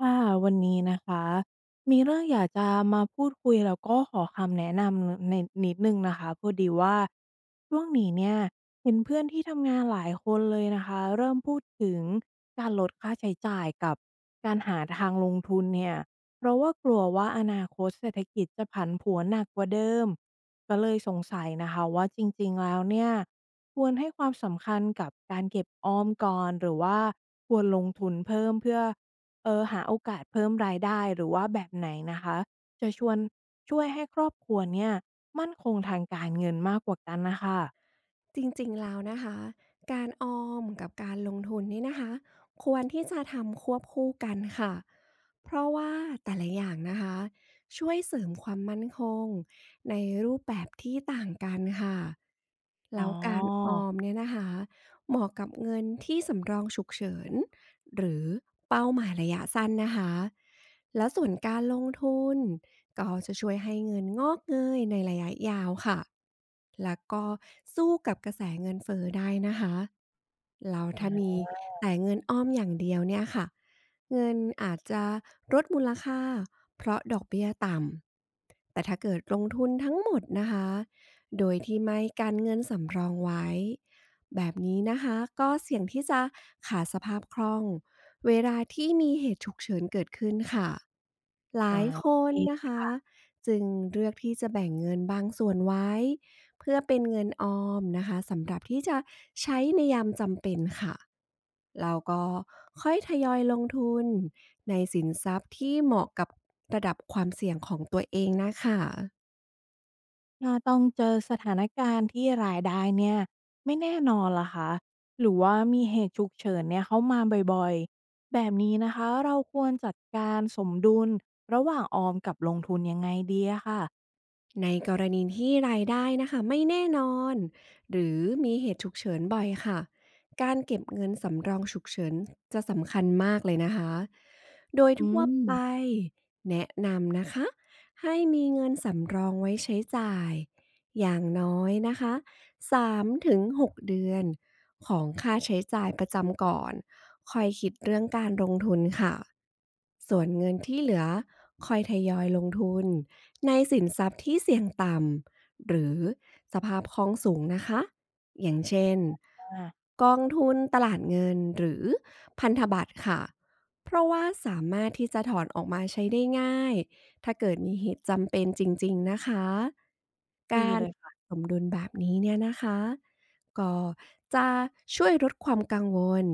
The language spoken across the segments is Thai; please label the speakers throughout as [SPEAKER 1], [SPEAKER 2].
[SPEAKER 1] ค่ะวันนี้นะคะมีเรื่องอยากจะมาพูดคุยแล้วก็ขอคำแนะนำในนิดหนึ่งนะคะพอดีว่าช่วงนี้เนี่ยเห็นเพื่อนที่ทำงานหลายคนเลยนะคะเริ่มพูดถึงการลดค่าใช้จ่ายกับการหาทางลงทุนเนี่ยเพราะว่ากลัวว่าอนาคตเศรษฐกิจจะผันผวนหนักกว่าเดิมก็เลยสงสัยนะคะว่าจริงๆแล้วเนี่ยควรให้ความสำคัญกับการเก็บออมก่อนหรือว่าควรลงทุนเพิ่มเพื่อ หาโอกาสเพิ่มรายได้หรือว่าแบบไหนนะคะจะชวนช่วยให้ครอบครัวเนี่ยมั่นคงทางการเงินมากกว่ากันน่ะค่ะ
[SPEAKER 2] จริงๆ แล้วนะคะ การออมกับการลงทุนนี่นะคะควรที่จะทำควบคู่กันค่ะ เพราะว่าแต่ละอย่างนะคะช่วยเสริมความมั่นคงในรูปแบบที่ต่างกันค่ะ
[SPEAKER 1] อ๋อ
[SPEAKER 2] แล้วการออมเนี่ยนะคะเหมาะกับเงินที่สำรองฉุกเฉิน หรือเป้าหมายระยะสั้นนะคะและส่วนการลงทุนก็จะช่วยให้เงินงอกเงยในระยะยาวค่ะแล้วก็สู้กับกระแสเงินเฟอ้อได้นะคะเราถ้า
[SPEAKER 1] อา
[SPEAKER 2] มีแต่เงินอ้อมอย่างเดียวเนี่ยค่ะเงินอาจจะลดมูลค่าเพราะดอกเบี้ยต่ำแต่ถ้าเกิดลงทุนทั้งหมดนะคะโดยที่ไม่การเงินสำรองไว้ แบบนี้นะคะก็เสี่ยงที่จะขาดสภาพคล่องเวลาที่มีเหตุฉุกเฉินเกิดขึ้นค่ะห
[SPEAKER 1] อา
[SPEAKER 2] ลายค
[SPEAKER 1] โอเค
[SPEAKER 2] นนะคะจึงเลือกที่จะแบ่งเงินบางส่วนไว้เพื่อเป็นเงินออมนะคะสำหรับที่จะใช้ในยามจำเป็นค่ะเราก็ค่อยทยอยลงทุนในสินทรัพย์ที่เหมาะกับระดับความเสี่ยงของตัวเองนะคะ
[SPEAKER 1] ถ้าต้องเจอสถานการณ์ที่รายได้เนี่ยไม่แน่นอนล่ะคะหรือว่ามีเหตุฉุกเฉินเนี่ยเข้ามาบ่อยๆแบบนี้นะคะเราควรจัดการสมดุลระหว่างออมกับลงทุนยังไงดีอะค่ะ
[SPEAKER 2] ในกรณีที่รายได้นะคะไม่แน่นอนหรือมีเหตุฉุกเฉินบ่อยค่ะการเก็บเงินสำรองฉุกเฉินจะสำคัญมากเลยนะคะโดย
[SPEAKER 1] อื
[SPEAKER 2] ทั่ว
[SPEAKER 1] ม
[SPEAKER 2] ไปแนะนำนะคะให้มีเงินสำรองไว้ใช้จ่ายอย่างน้อยนะคะ3ถึง6เดือนของค่าใช้จ่ายประจำก่อนคอยคิดเรื่องการลงทุนค่ะส่วนเงินที่เหลือคอยทยอยลงทุน ในสินทรัพย์ที่เสี่ยงต่ำหรือสภาพคล่องสูงนะคะอย่างเช่น
[SPEAKER 1] อา
[SPEAKER 2] กองทุนตลาดเงินหรือพันธบัตรค่ะเพราะว่าสามารถที่จะถอนออกมาใช้ได้ง่ายถ้าเกิดมีเหตุจำเป็นจริงๆนะคะ
[SPEAKER 1] ดี
[SPEAKER 2] การ
[SPEAKER 1] เลย
[SPEAKER 2] สมดุลแบบนี้เนี่ยนะคะก็จะช่วยลดความกังวล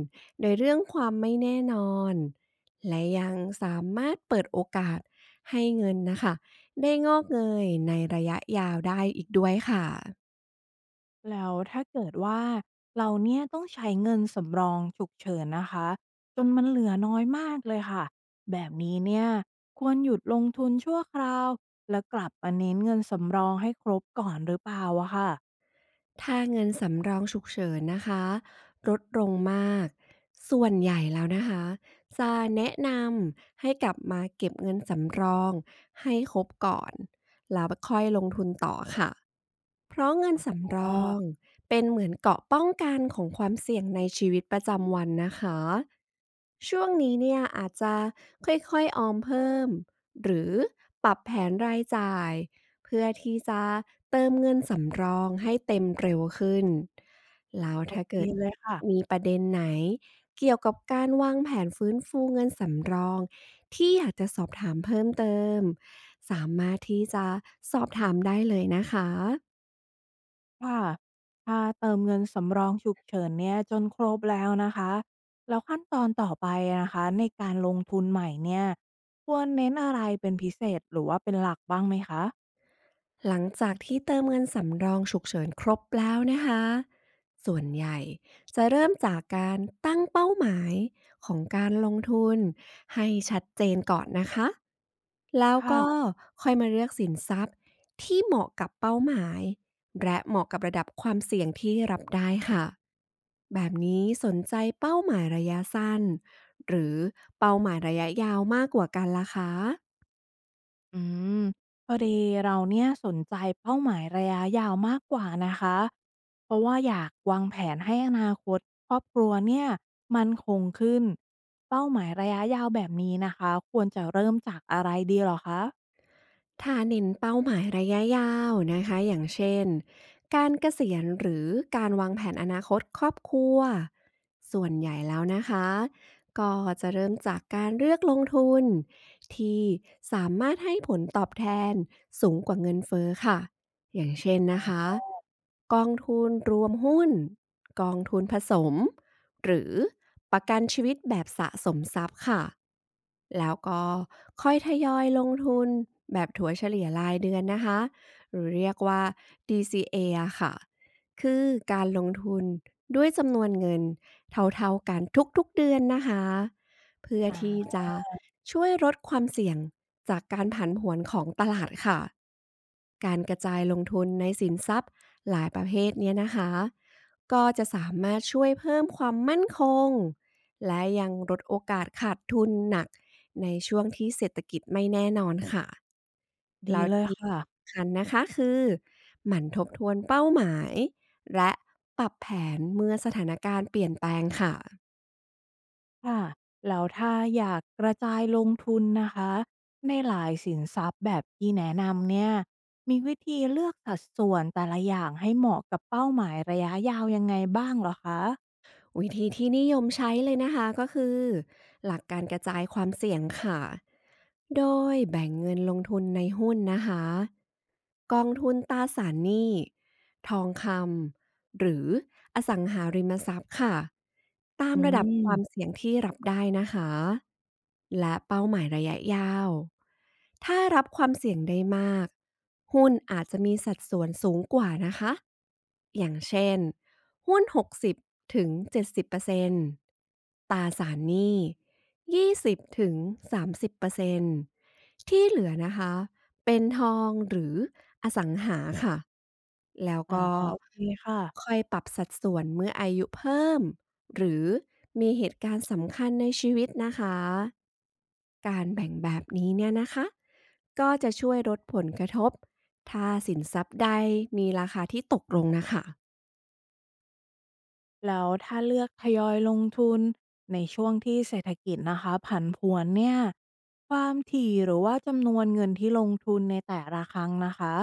[SPEAKER 2] ในเรื่องความไม่แน่นอนและยังสามารถเปิดโอกาสให้เงินนะคะ ได้งอกเงยในระยะยาวได้อีกด้วยค่ะ
[SPEAKER 1] แล้วถ้าเกิดว่าเราเนี่ยต้องใช้เงินสำรองฉุกเฉินนะคะจนมันเหลือน้อยมากเลยค่ะแบบนี้เนี่ยควรหยุดลงทุนชั่วคราวแล้วกลับมาเน้นเงินสำรองให้ครบก่อนหรือเปล่าอะค่ะ
[SPEAKER 2] ถ้าเงินสำรองฉุกเฉินนะคะลดลงมาก ส่วนใหญ่แล้วนะคะจะแนะนำให้กลับมาเก็บเงินสำรองให้ครบก่อนแล้วค่อยลงทุนต่อค่ะ เพราะเงินสำร
[SPEAKER 1] อ๋อ
[SPEAKER 2] องเป็นเหมือนเกราะป้องกันของความเสี่ยงในชีวิตประจำวันนะคะช่วงนี้เนี่ยอาจจะค่อยๆออมเพิ่มหรือปรับแผนรายจ่ายเพื่อที่จะเติมเงินสำรองให้เต็มเร็วขึ้นแล้ว
[SPEAKER 1] โอ
[SPEAKER 2] ถ้า
[SPEAKER 1] เค
[SPEAKER 2] เกิด
[SPEAKER 1] เลยค่ะ
[SPEAKER 2] มีประเด็นไหนเกี่ยวกับการวางแผนฟื้นฟูเงินสำรองที่อยากจะสอบถามเพิ่มเติมสามารถที่จะสอบถามได้เลยนะคะ
[SPEAKER 1] ค่ะถ้าเติมเงินสำรองฉุกเฉินเนี่ยจนครบแล้วนะคะแล้วขั้นตอนต่อไปนะคะในการลงทุนใหม่เนี่ยควรเน้นอะไรเป็นพิเศษหรือว่าเป็นหลักบ้างไหมคะ
[SPEAKER 2] หลังจากที่เติมเงินสำรองฉุกเฉินครบแล้วนะคะ ส่วนใหญ่จะเริ่มจากการตั้งเป้าหมายของการลงทุนให้ชัดเจนก่อนนะคะ แล้วก็
[SPEAKER 1] ค่ะ
[SPEAKER 2] ค่อยมาเลือกสินทรัพย์ที่เหมาะกับเป้าหมายและเหมาะกับระดับความเสี่ยงที่รับได้ค่ะแบบนี้สนใจเป้าหมายระยะสั้นหรือเป้าหมายระยะยาวมากกว่ากันล่ะคะ
[SPEAKER 1] อืมพอดีเราเนี่ยสนใจเป้าหมายระยะยาวมากกว่านะคะเพราะว่าอยากวางแผนให้อนาคตครอบครัวเนี่ยมันคงขึ้นเป้าหมายระยะยาวแบบนี้นะคะควรจะเริ่มจากอะไรดีเหรอคะ
[SPEAKER 2] ถ้าเน้นเป้าหมายระยะยาวนะคะอย่างเช่นการเกษียณหรือการวางแผนอนาคตครอบครัวส่วนใหญ่แล้วนะคะก็จะเริ่มจากการเลือกลงทุนที่สามารถให้ผลตอบแทนสูงกว่าเงินเฟ้อค่ะอย่างเช่นนะคะกองทุนรวมหุ้นกองทุนผสม หรือประกันชีวิตแบบสะสมทรัพย์ค่ะแล้วก็ค่อยทยอยลงทุนแบบถัวเฉลี่ยรายเดือนนะคะหรือเรียกว่า DCA ออะค่ะคือการลงทุนด้วยจำนวนเงินเท่าๆกันทุกๆเดือนนะคะเพื่อ
[SPEAKER 1] อ่
[SPEAKER 2] ที่
[SPEAKER 1] า
[SPEAKER 2] จะช่วยลดความเสี่ยงจากการผันผวนของตลาดค่ะการกระจายลงทุนในสินทรัพย์หลายประเภทเนี้ยนะคะ ก็จะสามารถช่วยเพิ่มความมั่นคงและยังลดโอกาสขาดทุนหนักในช่วงที่เศรษฐกิจไม่แน่นอนค่ะ
[SPEAKER 1] ดี
[SPEAKER 2] แล้ว
[SPEAKER 1] เลย
[SPEAKER 2] ที่ส
[SPEAKER 1] ค่ะ
[SPEAKER 2] ำคัญนะคะคือหมั่นทบทวนเป้าหมายและปรับแผนเมื่อสถานการณ์เปลี่ยนแปลงค่ะ
[SPEAKER 1] ค่ะแล้วถ้าอยากกระจายลงทุนนะคะในหลายสินทรัพย์แบบที่แนะนำเนี่ยมีวิธีเลือกสัดส่วนแต่ละอย่างให้เหมาะกับเป้าหมายระยะยาวยังไงบ้างเหรอคะ
[SPEAKER 2] วิธีที่นิยมใช้เลยนะคะก็คือหลักการกระจายความเสี่ยงค่ะโดยแบ่งเงินลงทุนในหุ้นนะคะกองทุนตราสารหนี้ทองคำหรืออสังหาริมทรัพย์ค่ะตาม
[SPEAKER 1] อื
[SPEAKER 2] ระดับความ
[SPEAKER 1] ม
[SPEAKER 2] เสี่ยงที่รับได้นะคะและเป้าหมายระยะยาวถ้ารับความเสี่ยงได้มากหุ้นอาจจะมีสัดส่วนสูงกว่านะคะอย่างเช่น หุ้น60-70%ตตราสารหนี้20-30%ที่เหลือนะคะ เป็นทองหรืออสังหาค่ะ แล้ว
[SPEAKER 1] อ่า
[SPEAKER 2] ก็
[SPEAKER 1] โอเคค่ะ
[SPEAKER 2] ค่อยปรับสัดส่วนเมื่ออายุเพิ่มหรือมีเหตุการณ์สำคัญในชีวิตนะคะ การแบ่งแบบนี้เนี่ยนะคะ ก็จะช่วยลดผลกระทบถ้าสินทรัพย์ใดมีราคาที่ตกลงนะคะ
[SPEAKER 1] แล้วถ้าเลือกทยอยลงทุนในช่วงที่เศรษฐกิจนะคะผันผวนเนี่ยความถี่หรือว่าจำนวนเงินที่ลงทุนในแต่ละครั้งนะคะ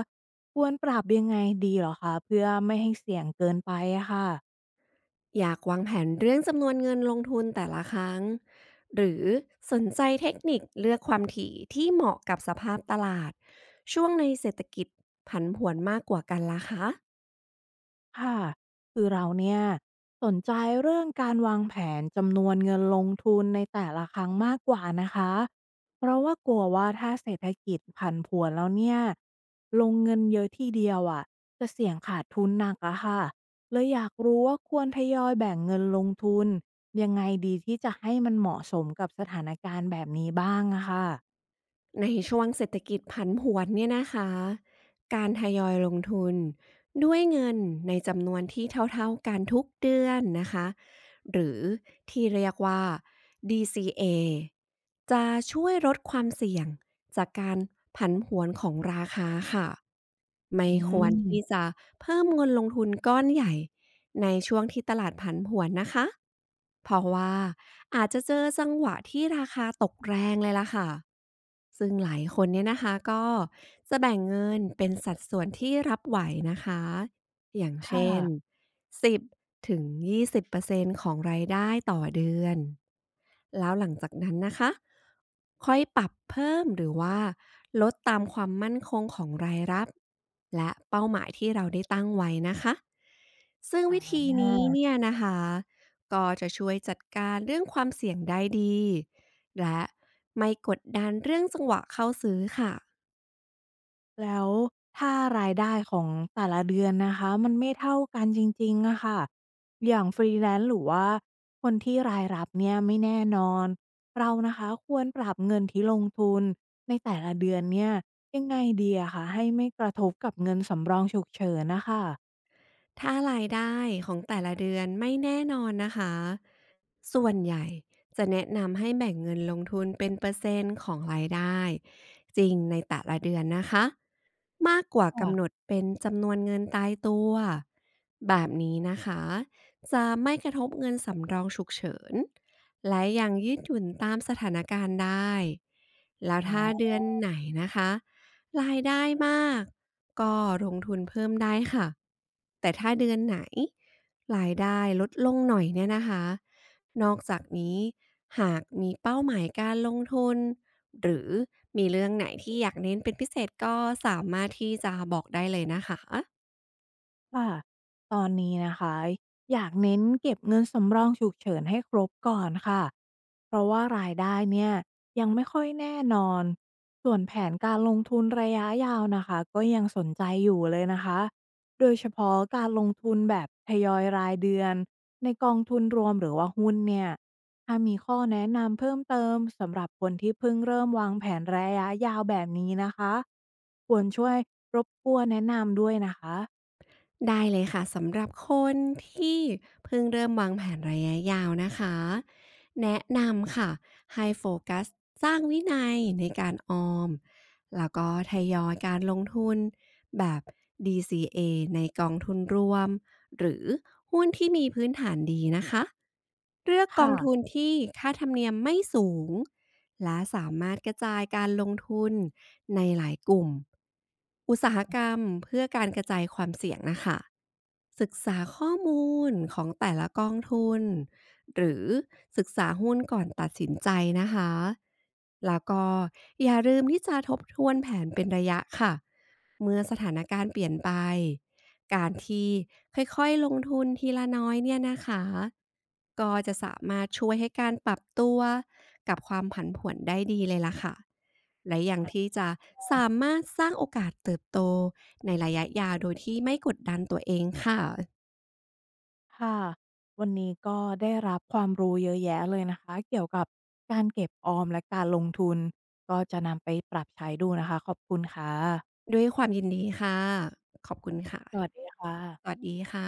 [SPEAKER 1] ควรปรับยังไงดีเหรอคะเพื่อไม่ให้เสี่ยงเกินไปอะค่ะ
[SPEAKER 2] อยากวางแผนเรื่องจำนวนเงินลงทุนแต่ละครั้งหรือสนใจเทคนิคเลือกความถี่ที่เหมาะกับสภาพตลาดช่วงในเศรษฐกิจผันผวนมากกว่ากันล่ะคะ
[SPEAKER 1] ค่ะคือเราเนี่ยสนใจเรื่องการวางแผนจำนวนเงินลงทุนในแต่ละครั้งมากกว่านะคะเพราะว่ากลัวว่าถ้าเศรษฐกิจผันผวนแล้วเนี่ยลงเงินเยอะทีเดียวอ่ะจะเสี่ยงขาดทุนหนักอะค่ะเลยอยากรู้ว่าควรทยอยแบ่งเงินลงทุนยังไงดีที่จะให้มันเหมาะสมกับสถานการณ์แบบนี้บ้างอะค่ะ
[SPEAKER 2] ในช่วงเศรษฐกิจผันผวนเนี่ยนะคะการทยอยลงทุนด้วยเงินในจำนวนที่เท่าๆกันทุกเดือนนะคะหรือที่เรียกว่า DCA จะช่วยลดความเสี่ยงจากการผันผวนของราคาค่ะไม่
[SPEAKER 1] อื
[SPEAKER 2] ควรที่
[SPEAKER 1] ม
[SPEAKER 2] จะเพิ่มเงินลงทุนก้อนใหญ่ใน เพราะว่าอาจจะเจอจังหวะที่ราคาตกแรงเลยล่ะค่ะ ซึ่งหลายคนเนี่ยนะคะก็จะแบ่งเงินเป็นสัดส่วนที่รับไหวนะคะ อย่าง
[SPEAKER 1] ค่ะ
[SPEAKER 2] เช่น10ถึง20%ของรายได้ต่อเดือน แล้วหลังจากนั้นนะคะค่อยปรับเพิ่มหรือว่าลดตามความมั่นคงของรายรับและเป้าหมายที่เราได้ตั้งไว้นะคะ ซึ่ง
[SPEAKER 1] อ
[SPEAKER 2] วิธีนี้
[SPEAKER 1] า
[SPEAKER 2] เนี่ยนะคะ ก็จะช่วยจัดการเรื่องความเสี่ยงได้ดีและไม่กดดันเรื่องจังหวะเข้าซื้อค่ะ
[SPEAKER 1] แล้วถ้ารายได้ของแต่ละเดือนนะคะมันไม่เท่ากันจริงๆอะค่ะอย่างฟรีแลนซ์หรือว่าคนที่รายรับเนี่ยไม่แน่นอนเรานะคะควรปรับเงินที่ลงทุนในแต่ละเดือนเนี่ยยังไงดีอะคะให้ไม่กระทบกับเงินสำรองฉุกเฉินนะคะ
[SPEAKER 2] ถ้ารายได้ของแต่ละเดือนไม่แน่นอนนะคะส่วนใหญ่จะแนะนำให้แบ่งเงินลงทุนเป็นเปอร์เซ็นต์ของรายได้จริงในแต่ละเดือนนะคะมากกว่ากำหน
[SPEAKER 1] ค่ะ
[SPEAKER 2] ดเป็นจำนวนเงินตายตัวแบบนี้นะคะจะไม่กระทบเงินสำรองฉุกเฉินและยังยืดหยุ่นตามสถานการณ์ได้แล้วถ้า
[SPEAKER 1] อา
[SPEAKER 2] เดือนไหนนะคะ รายได้มากก็ลงทุนเพิ่มได้ค่ะแต่ถ้าเดือนไหนรายได้ลดลงหน่อยเนี่ยนะคะนอกจากนี้หากมีเป้าหมายการลงทุนหรือมีเรื่องไหนที่อยากเน้นเป็นพิเศษก็สามารถที่จะบอกได้เลยนะคะ
[SPEAKER 1] ค่ะตอนนี้นะคะอยากเน้นเก็บเงินสำรองฉุกเฉินให้ครบก่อนค่ะเพราะว่ารายได้เนี่ยยังไม่ค่อยแน่นอนส่วนแผนการลงทุนระยะยาวนะคะก็ยังสนใจอยู่เลยนะคะโดยเฉพาะการลงทุนแบบทยอยรายเดือนในกองทุนรวมหรือว่าหุ้นเนี่ยถ้ามีข้อแนะนำเพิ่มเติมสำหรับคนที่เพิ่งเริ่มวางแผนระยะยาวแบบนี้นะคะควรช่วยรบกวนแนะนำด้วยนะคะ
[SPEAKER 2] ได้เลยค่ะสำหรับคนที่เพิ่งเริ่มวางแผนระยะยาวนะคะแนะนำค่ะให้โฟกัสสร้างวินัยในการออมแล้วก็ทยอยการลงทุนแบบ DCA ในกองทุนรวมหรือหุ้นที่มีพื้นฐานดีนะคะเลือกกองทุน
[SPEAKER 1] ค่ะ
[SPEAKER 2] ที่ค่าธรรมเนียมไม่สูง และสามารถกระจายการลงทุนในหลายกลุ่มอุตสาหกรรมเพื่อการกระจายความเสี่ยงนะคะศึกษาข้อมูลของแต่ละกองทุนหรือศึกษาหุ้นก่อนตัดสินใจนะคะแล้วก็อย่าลืมที่จะทบทวนแผนเป็นระยะค่ะ เมื่อสถานการณ์เปลี่ยนไป การที่ค่อยๆลงทุนทีละน้อยเนี่ยนะคะก็จะสามารถช่วยให้การปรับตัวกับความผันผวนได้ดีเลยล่ะค่ะและยังที่จะสามารถสร้างโอกาสเติบโตในระยะยาวโดยที่ไม่กดดันตัวเองค่ะ
[SPEAKER 1] ค่ะวันนี้ก็ได้รับความรู้เยอะแยะเลยนะคะเกี่ยวกับการเก็บออมและการลงทุนก็จะนำไปปรับใช้ดูนะคะขอบคุณค่ะ
[SPEAKER 2] ด้วยความยินดีค่ะขอบคุณค่ะ
[SPEAKER 1] สวัสดีค่ะ
[SPEAKER 2] สวัสดีค่ะ